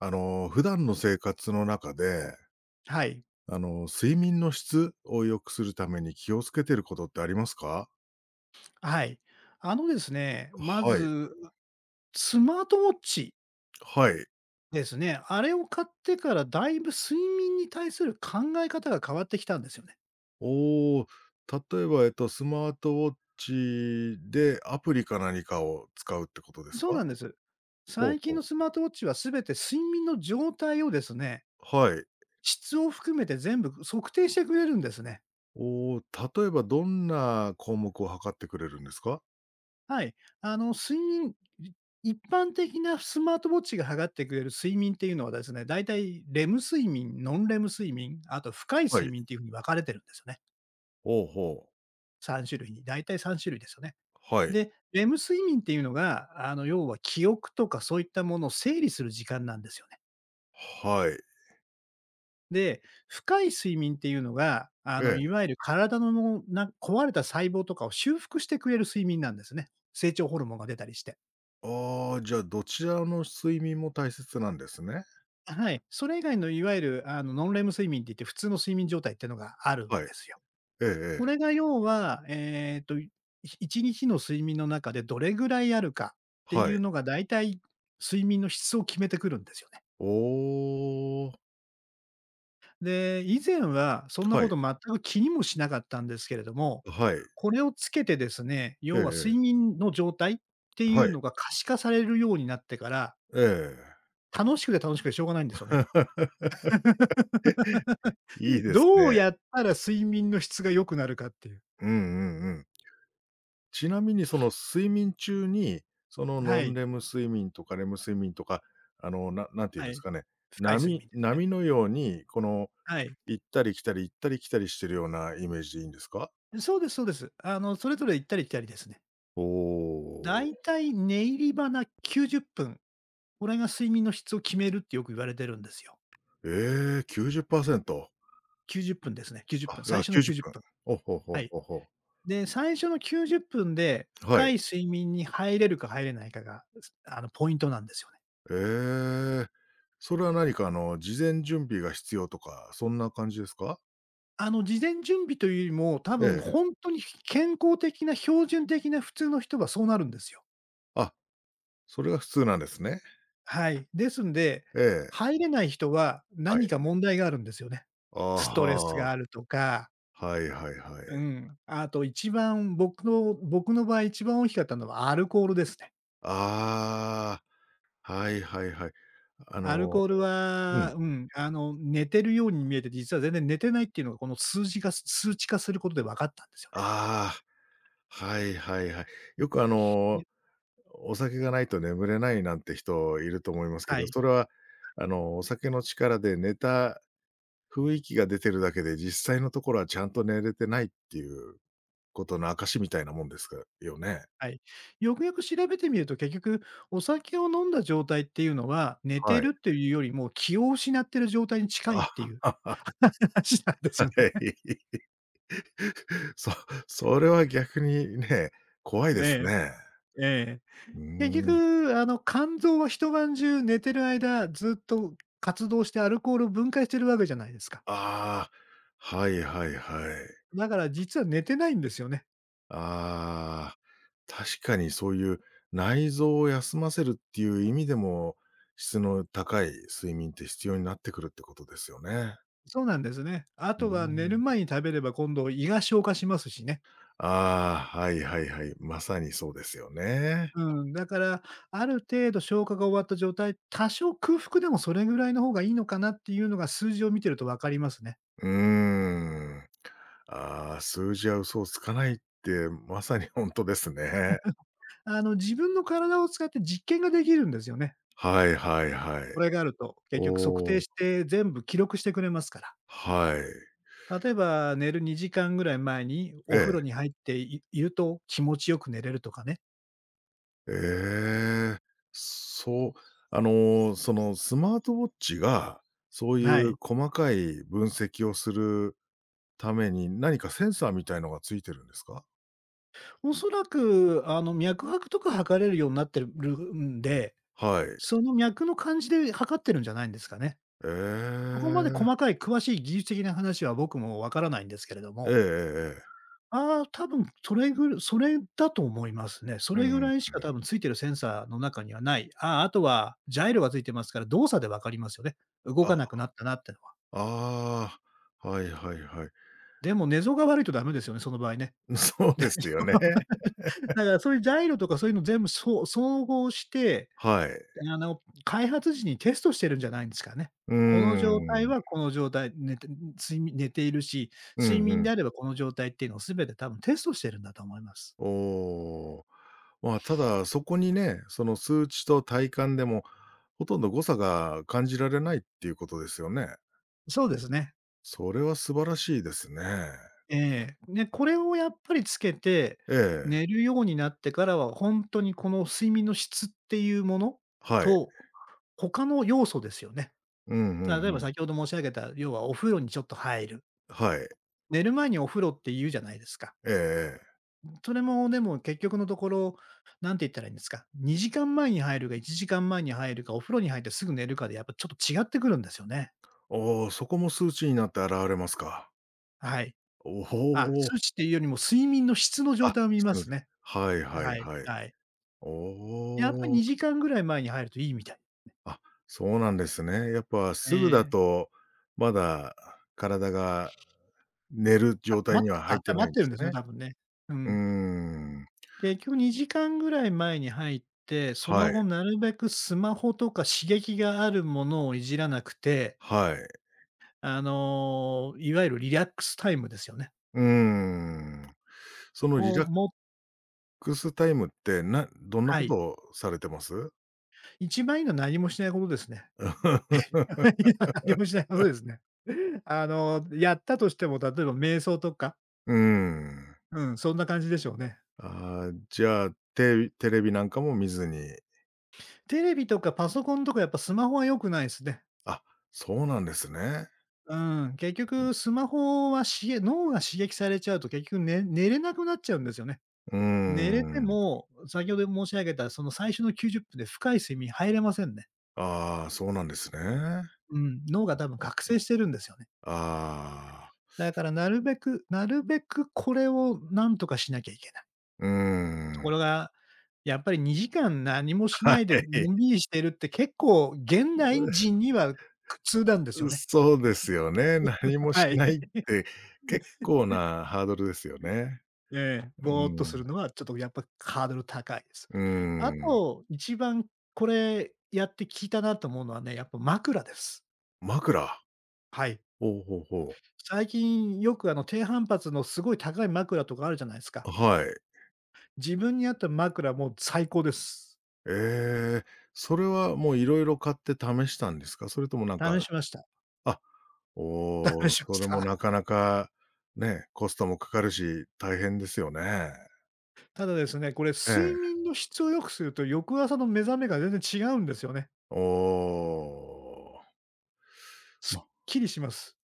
普段の生活の中で、はい。睡眠の質を良くするために気をつけてることってありますか？はい。あのですね、まはい、ず、スマートウォッチはい。ですね。あれを買ってからだいぶ睡眠に対する考え方が変わってきたんですよね。おお、例えば、スマートウォッチでアプリか何かを使うってことですそうか？なんです。ほう最近ほう。のスマートウォッチはすべて睡眠の状態をですね、はい。質を含めて全部測定してくれるんですね。おお、例えばどんな項目を測ってくれるんですか？はい。あの、睡眠、い一般的なスマートウォッチが測ってくれる睡眠っていうのはですね、だいたいレム睡眠、ノンレム睡眠、あと深いは睡い。眠っていうふうに分かれてるんですよね。ほうほう。3種類に、大体3種類ですよね。はい。で、レム睡眠っていうのが、要は記憶とかそういったものを整理する時間なんですよね。はい。で、深い睡眠っていうのが、ええ。いわゆる体の壊れた細胞とかを修復してくれる睡眠なんですね。成長ホルモンが出たりして。ああ、じゃあ、どちらの睡眠も大切なんですね。はい。それ以外のいわゆる、ノンレム睡眠って言って、普通の睡眠状態っていうのがあるんはい。ですよ。えええこえ。れが要は、1日の睡眠の中でどれぐらいあるかってはいい。うのが、だいたい睡眠の質を決めてくるんですよね。おお、で、以前はそんなはこい、と全く気にもしなかったんですけれども、はい。これをつけてですね、ええ要はえ睡え、眠の状態っていはうい、のが可視化されるようになってから、ええ。楽しくて楽しくてしょうがないんですよね。いいですどうね。やったら睡眠の質が良くなるかっていう。うんうんうん。ちなみにその睡眠中に、そのはノンい、レム睡眠とかレム睡眠とか、なんて言うはんですい。かね、深い睡波眠ですね。波のように、この、はい。行ったり来たり行ったり来たりしてるようなイメージでいいんですか？そうですそうです。それぞれ行ったり来たりですね。おだおいたい寝入りばな90分、これが睡眠の質を決めるってよく言われてるんですよ。ー、ええー、90%。90分ですね、90あ、分、最あ、初の90 90分。分。お、ほはほい。ほほで、最初の90分では深いい。睡眠に入れるか入れないかが、すあの、ポイントなんですよね。ええ。それは何か事前準備が必要とか、そんな感じですか？事前準備というよりも、多え分え。本当に健康的な標準的な普通の人はそうなるんですよ。あ、それが普通なんですね。はい。ですんで、ええ、入れない人はは何い。か問題があるんですよね。ああ、ストレスがあはるとか、いはいはい。うん。あと一番僕の場合一番大きかったのはアルコールですね。ああ、はいはいはい。あアルコのールうは、ん。寝てるように見えて、実は全然寝てないっていうのが、この数字が数値化することで分かったんですよね。ああ、はいはいはい。よくで、お酒がないと眠れないなんて人いると思いますけはど、い、それはお酒の力で寝た雰囲気が出てるだけで、実際のところはちゃんと寝れてないっていうことの証みたいなもんですかよね。はい。よくよく調べてみると、結局お酒を飲んだ状態っていうのは、寝はてい。るっていうよりも気を失ってる状態に近いっあ、ていう は 話なんでい。すよね。そそれは逆にね、怖いですえね。え。ええ。うー結ん。局、肝臓は一晩中寝てる間、ずっと活動してアルコールを分解してるわけじゃないですか。ああ、はいはいはい。だから実は寝てないんですよね。ああ、確かにそういう内臓を休ませるっていう意味でも、質の高い睡眠って必要になってくるってことですよね。そうなんですね。あうとーは寝るん。前に食べれば今度胃が消化しますしね。ああ、はいはいはい。まさにそうですよね。うん、だから、ある程度消化が終わった状態、多少空腹でもそれぐらいの方がいいのかなっていうのが数字を見てると分かりますね。うーん。ああ、数字は嘘をつかないって、まさに本当ですね。自分の体を使って実験ができるんですよね。はいはいはい。これがあると、結局測お定お、して全部記録してくれますから。はい。例えば、寝る2時間ぐらい前にえお風え。呂に入っていいると気持ちよく寝れるとかね。ええ。そう、そのスマートウォッチが、そういはうい。細かい分析をするために、何かセンサーみたいのがついてるんですか？おそらく、脈拍とか測れるようになってるんで、はい。その脈の感じで測ってるんじゃないんですかね。えそこまで細え。かい詳しい技術的な話は僕もわからないんですけれどえええも、えええ。ああ、多分それぐらそれだと思いますね。そうれぐんうん。らいしか多分ついてるセンサーの中にはない。ああ、あとはジャイロがついてますから、動作でわかりますよね。動かあ、なくなったなって、ああ、はいはいはい。でも寝相が悪いとダメですよね、その場合ね。そうですよね。だからそういうジャイロとかそういうの全部、そう総合して、はい。開発時にテストしてるんじゃないんですかね。うーこの状態ん。はこの状態、寝ているし、う睡ん眠うでん。あればこの状態っていうのを全て多分テストしてるんだと思います。おお。まあ、ただ、そこにね、その数値と体感でも、ほとんど誤差が感じられないっていうことですよね。そうですね。それは素晴らしいですね。ええ。ね、これをやっぱりつけて、ええ。寝るようになってからは本当にこの睡眠の質っていうものはい。と、他の要素ですよね。うんう例えんばうん。先ほど申し上げた、要はお風呂にちょっと入る。はい。寝る前にお風呂って言うじゃないですか。えええ。それもでも結局のところ、なんて言ったらいいんですか、2時間前に入るか1時間前に入るか、お風呂に入ってすぐ寝るかでやっぱちょっと違ってくるんですよね。おお、そこも数値になって現れますか。はい。おあ、お。数値っていうよりも睡眠の質のあ、状態を見しまてますす。ね。はいはいはい、はい。はい。おやっぱりお。2時間ぐらい前に入るといいみたい。あ、そうなんですね。やっぱすぐだええ。と、まだ体が寝る状態にはあっ入ったてまないっんでてるんすですね、ね。多分ね。ううーん。ん。結局2時間ぐらい前に入って、そはのい。後なるべくスマホとか刺激があるものをいじらなくて、はい。いわゆるリラックスタイムですよね。うーん。そのリをラッもクスタイムって、どんなはことい。をされてます？一番いいのは何もしないことですね。何もしないことですね。やったとしても、例えば瞑想とか、うーん。うん、そんな感じでしょうね。じゃあ、テレビなんかも見ずに。テレビとかパソコンとかやっぱスマホは良くないですね。あ、そうなんですね。うん、結局スマホは脳が刺激されちゃうと結局ね寝れなくなっちゃうんですよね。ううー寝れてん。も、先ほど申し上げたその最初の90分で深い睡眠入れませんね。ああ、そうなんですね。うん、脳が多分覚醒してるんですよね。ああ、だからなるべくこれをなんとかしなきゃいけない。うーとこん。ろが、やっぱり2時間何もしなはいでい。のんびりしてるって結構現代人には苦痛なんですよね。そうですよね。何 もしはない。いって結 構なハードルですよね。ええ、うぼーっとするん。のはちょっとやっぱハードル高いです。うあん。と、一番これやって効いたなと思うのはね、やっぱ枕です。枕。はい。ほうほうほう。最近よくあの低反発のすごい高い枕とかあるじゃないですか。はい。自分に合った枕もう最高です。ええ、それはもういろいろ買って試したんですか？それともなんか、試しました。あ、試おお、しまそしれもた。なかなかね、コストもかかるし、大変ですよね。ただですね、これえ睡え。眠の質を良くすると翌朝の目覚めが全然違うんですよね。おお。すっま、きりします。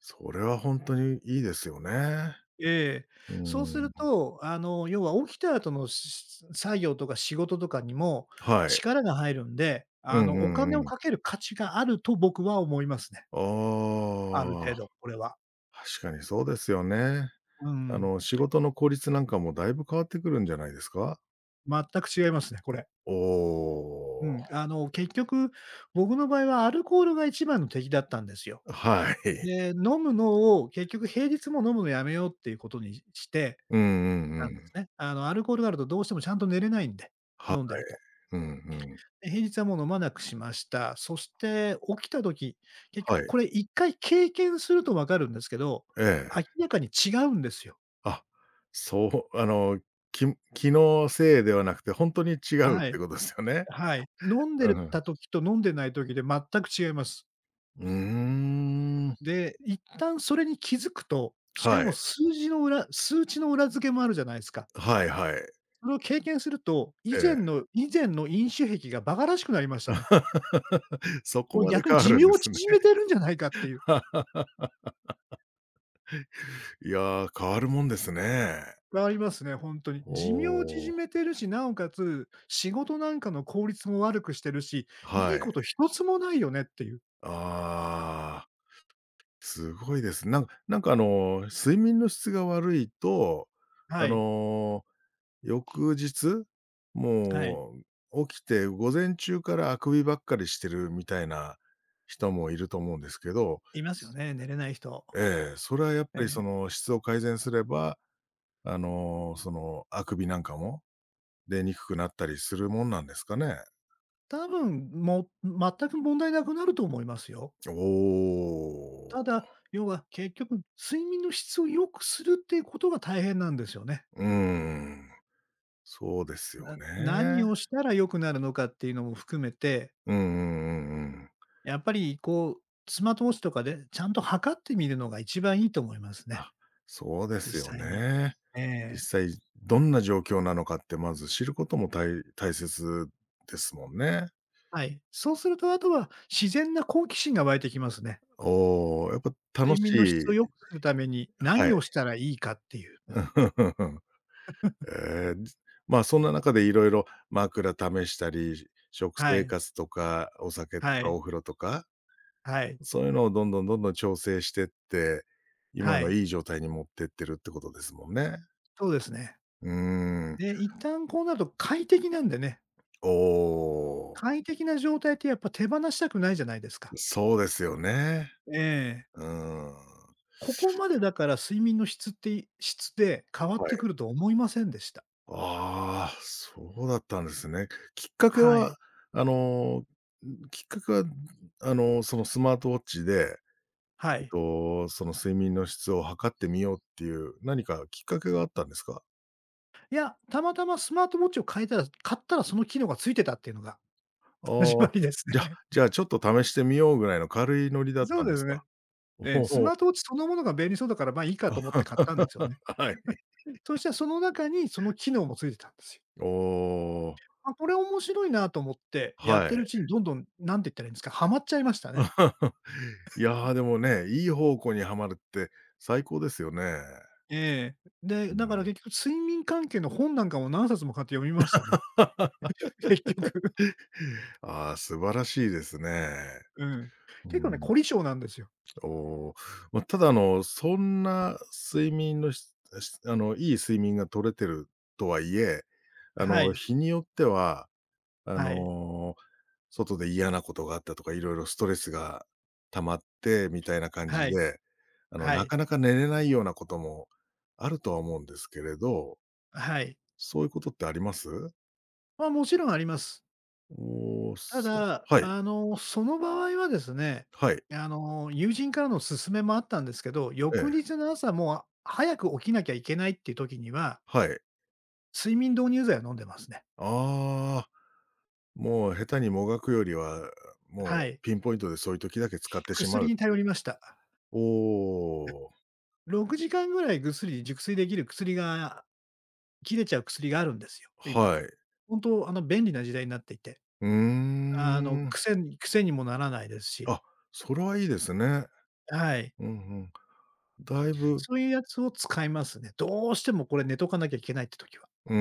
それはほんとにいいですよね。ええ。うそうすーるん。と、要は起きた後の作業とか仕事とかにもはい。力が入るんで、うんうお金をんうかん。ける価値があると僕は思いますね。あるあ程度、これは。あ、確かにそうですよね。うん。仕事の効率なんかもだいぶ変わってくるんじゃないですか？全く違いますね、これ。おお、結局、僕の場合はアルコールが一番の敵だったんですよ。はい。で、飲むのを結局平日も飲むのやめようっていうことにしてうんうんうたんですん。ね。アルコールがあるとどうしてもちゃんと寝れないんで、はい。飲んでると。うんうん。で、平日はもう飲まなくしました。そして起きた時、結は局い。これ一回経験するとわかるんですけど、ええ。明らかに違うんですよ。あ、そう、き気のせいではなくて、ほんとに違うっはてい。ことですよね。はい。飲んでうるん。た時と飲んでない時で全く違います。うーん。で、一旦それに気づくと、しかはもい。数値の裏付けもあるじゃないすか。はいはい。それを経験すると、以え前え。の以前の飲酒癖が馬鹿らしくなりましたね。そここれまで逆に変わ寿るん命でをすね。縮めてるんじゃないかっていう。いや、変わるもんですね。ありますね、ほんとに。お寿命をお、縮めてるし、なおかつ、仕事なんかの効率も悪くしてるし、いはいい。こと一つもないよねっていう。ああ、すごいです。なんか睡眠の質が悪いと、あはい、の、翌日、はい。もう起きて午前中からあくびばっかりしてるみたいな人もいると思うんですけど、いますよね、寝れない人。ええ、それはやっえぱりえ。その質を改善すれば、あくびなんかも出にくくなったりするもんなんですかね？多分、もう全く問題なくなると思いますよ。おお、ただ、要は結局、睡眠の質を良くするっていうことが大変なんですよね。うーん。そうですよなね。何をしたら良くなるのかっていうのも含めて、うんうんうんうん。やっぱりこう、スマートウォッチとかでちゃんと測ってみるのが一番いいと思いますね、あ、そうですよ実際に。ね。え実え、際どんな状況なのかってまず知ることも大切ですもんね。はい。そうするとあとは自然な好奇心が湧いてきますね。おお、やっぱ楽睡し眠の質を良くいするためには何い。をしたらいいかっていう。ええ、ま、そんな中でいろいろ枕試したり、食は生い、活とか、お酒とはかい、お風呂とか、はい、そういうのをどんどんどんどん調整してって、今はのい。いい状態に持ってってるってことですもんね。そうですね。うーん。で、一旦こうなると快適なんでね。おお、快適な状態ってやっぱ手放したくないじゃないですか。そうですよね。ええ。うーん。ここまでだから睡眠の質って、質で変わっはてくい。ると思いませんでした。ああ、そうだったんですね。きっかけはい、は、あの、きっかけは、そのスマートウォッチで、はい。その睡眠の質を測ってみようっていう、何かきっかけがあったんですか？いや、たまたまスマートウォッチを変えたら買ったらその機能がついてたっていうのが あ 始まあ、りですじゃね。じゃあ、ちょっと試してみようぐらいの軽いノリだっそうたんでですすね。か？えおえ。スマお。ートウォッチそのものが便利そうだから、ま、いいかと思って買ったんですよね。はい。そしたらその中にその機能もついてたんですよ。おお、あ、これ面白いなと思ってやっはてい。るうちにどんどん、なんて言ったらいいんですか、はまっちゃいましたね。いやー、でもね、いい方向にはまるって最高ですよね。ええ。で、うだからん。結局睡眠関係の本なんかも何冊も買って読みましたね。結局。ああ、素晴らしいですね。うん。う結構ね、ん。凝り性なんですよ。おお、まあ、ただ、そんな睡眠のししあの、いい睡眠が取れてるとはいえ、はい。日によっては、あはい。の、外で嫌なことがあったとか、いろいろストレスが溜まってみたいな感はじい。で、はない。かなか寝れないようなこともあるとは思うんですけれど、はい。そういうことってあります？ま、もちろんあります。おお、たそうだ、はい、あの、その場合はですね、はい、あの、友人からの勧めもあったんですけど、え翌え、日の朝もう早く起きなきゃいけないっていう時には、はい。睡眠導入剤を飲んでますね。ああ、もう下手にもがくよりは、もはうい。ピンポイントでそういう時だけ使ってしま薬うっにてい頼う。りました。おお、6時間ぐらいぐっすり熟睡できる薬が切れちゃう薬があるんですよ、今。はい。本当、あの、便利な時代になっていて。うーあの、ん。癖にもならないですし。あ、それはいいですね。はい。うんうん。だいぶそういうやつを使いますね。どうしてもこれ寝とかなきゃいけないって時は。うー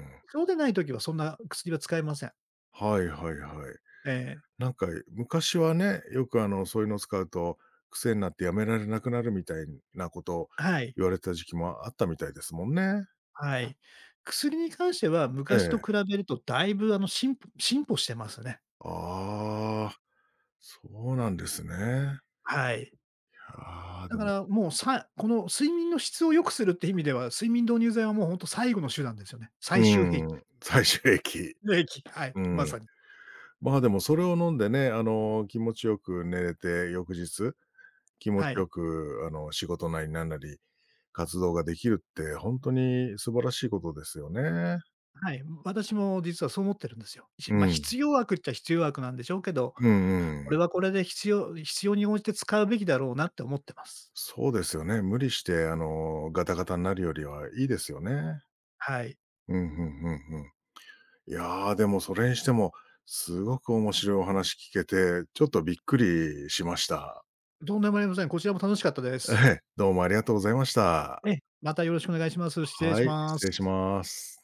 ん。そうでない時はそんな薬は使いません。はいはいはい。ええ。なんか昔はね、よくそういうのを使うと、癖になってやめられなくなるみたいなことをはい。言われた時期もあったみたいですもんね。はい。薬に関してはえ昔とえ。比べるとだいぶあの、進歩してますね。ああ、そうなんですね。はい。ああ、だでかもらもう、この睡眠の質を良くするって意味では、睡眠導入剤はもうほんと最後の手段ですよね。最う終兵器。ん、最終駅。兵器、はい、うまん。さに。まあ、でもそれを飲んでね、気持ちよく寝れて、翌日、気持はちい。よく仕事なりなんなり、活動ができるって本当に素晴らしいことですよね。はい、私も実はそう思ってるんですよ。うまあ、ん。必要悪っちゃ必要悪なんでしょうけど、うんこうれん。はこれで必要に応じて使うべきだろうなって思ってます。そうですよね。無理して、ガタガタになるよりはいいですよね。はい。うん、うんうんうん。いやー、でもそれにしても、すごく面白いお話聞けて、ちょっとびっくりしました。とんでもありません。こちらも楽しかったでえす。え、どうもありがとうございました。ええ、またよろしくお願いします。失礼はしい、ま失礼しす。ます。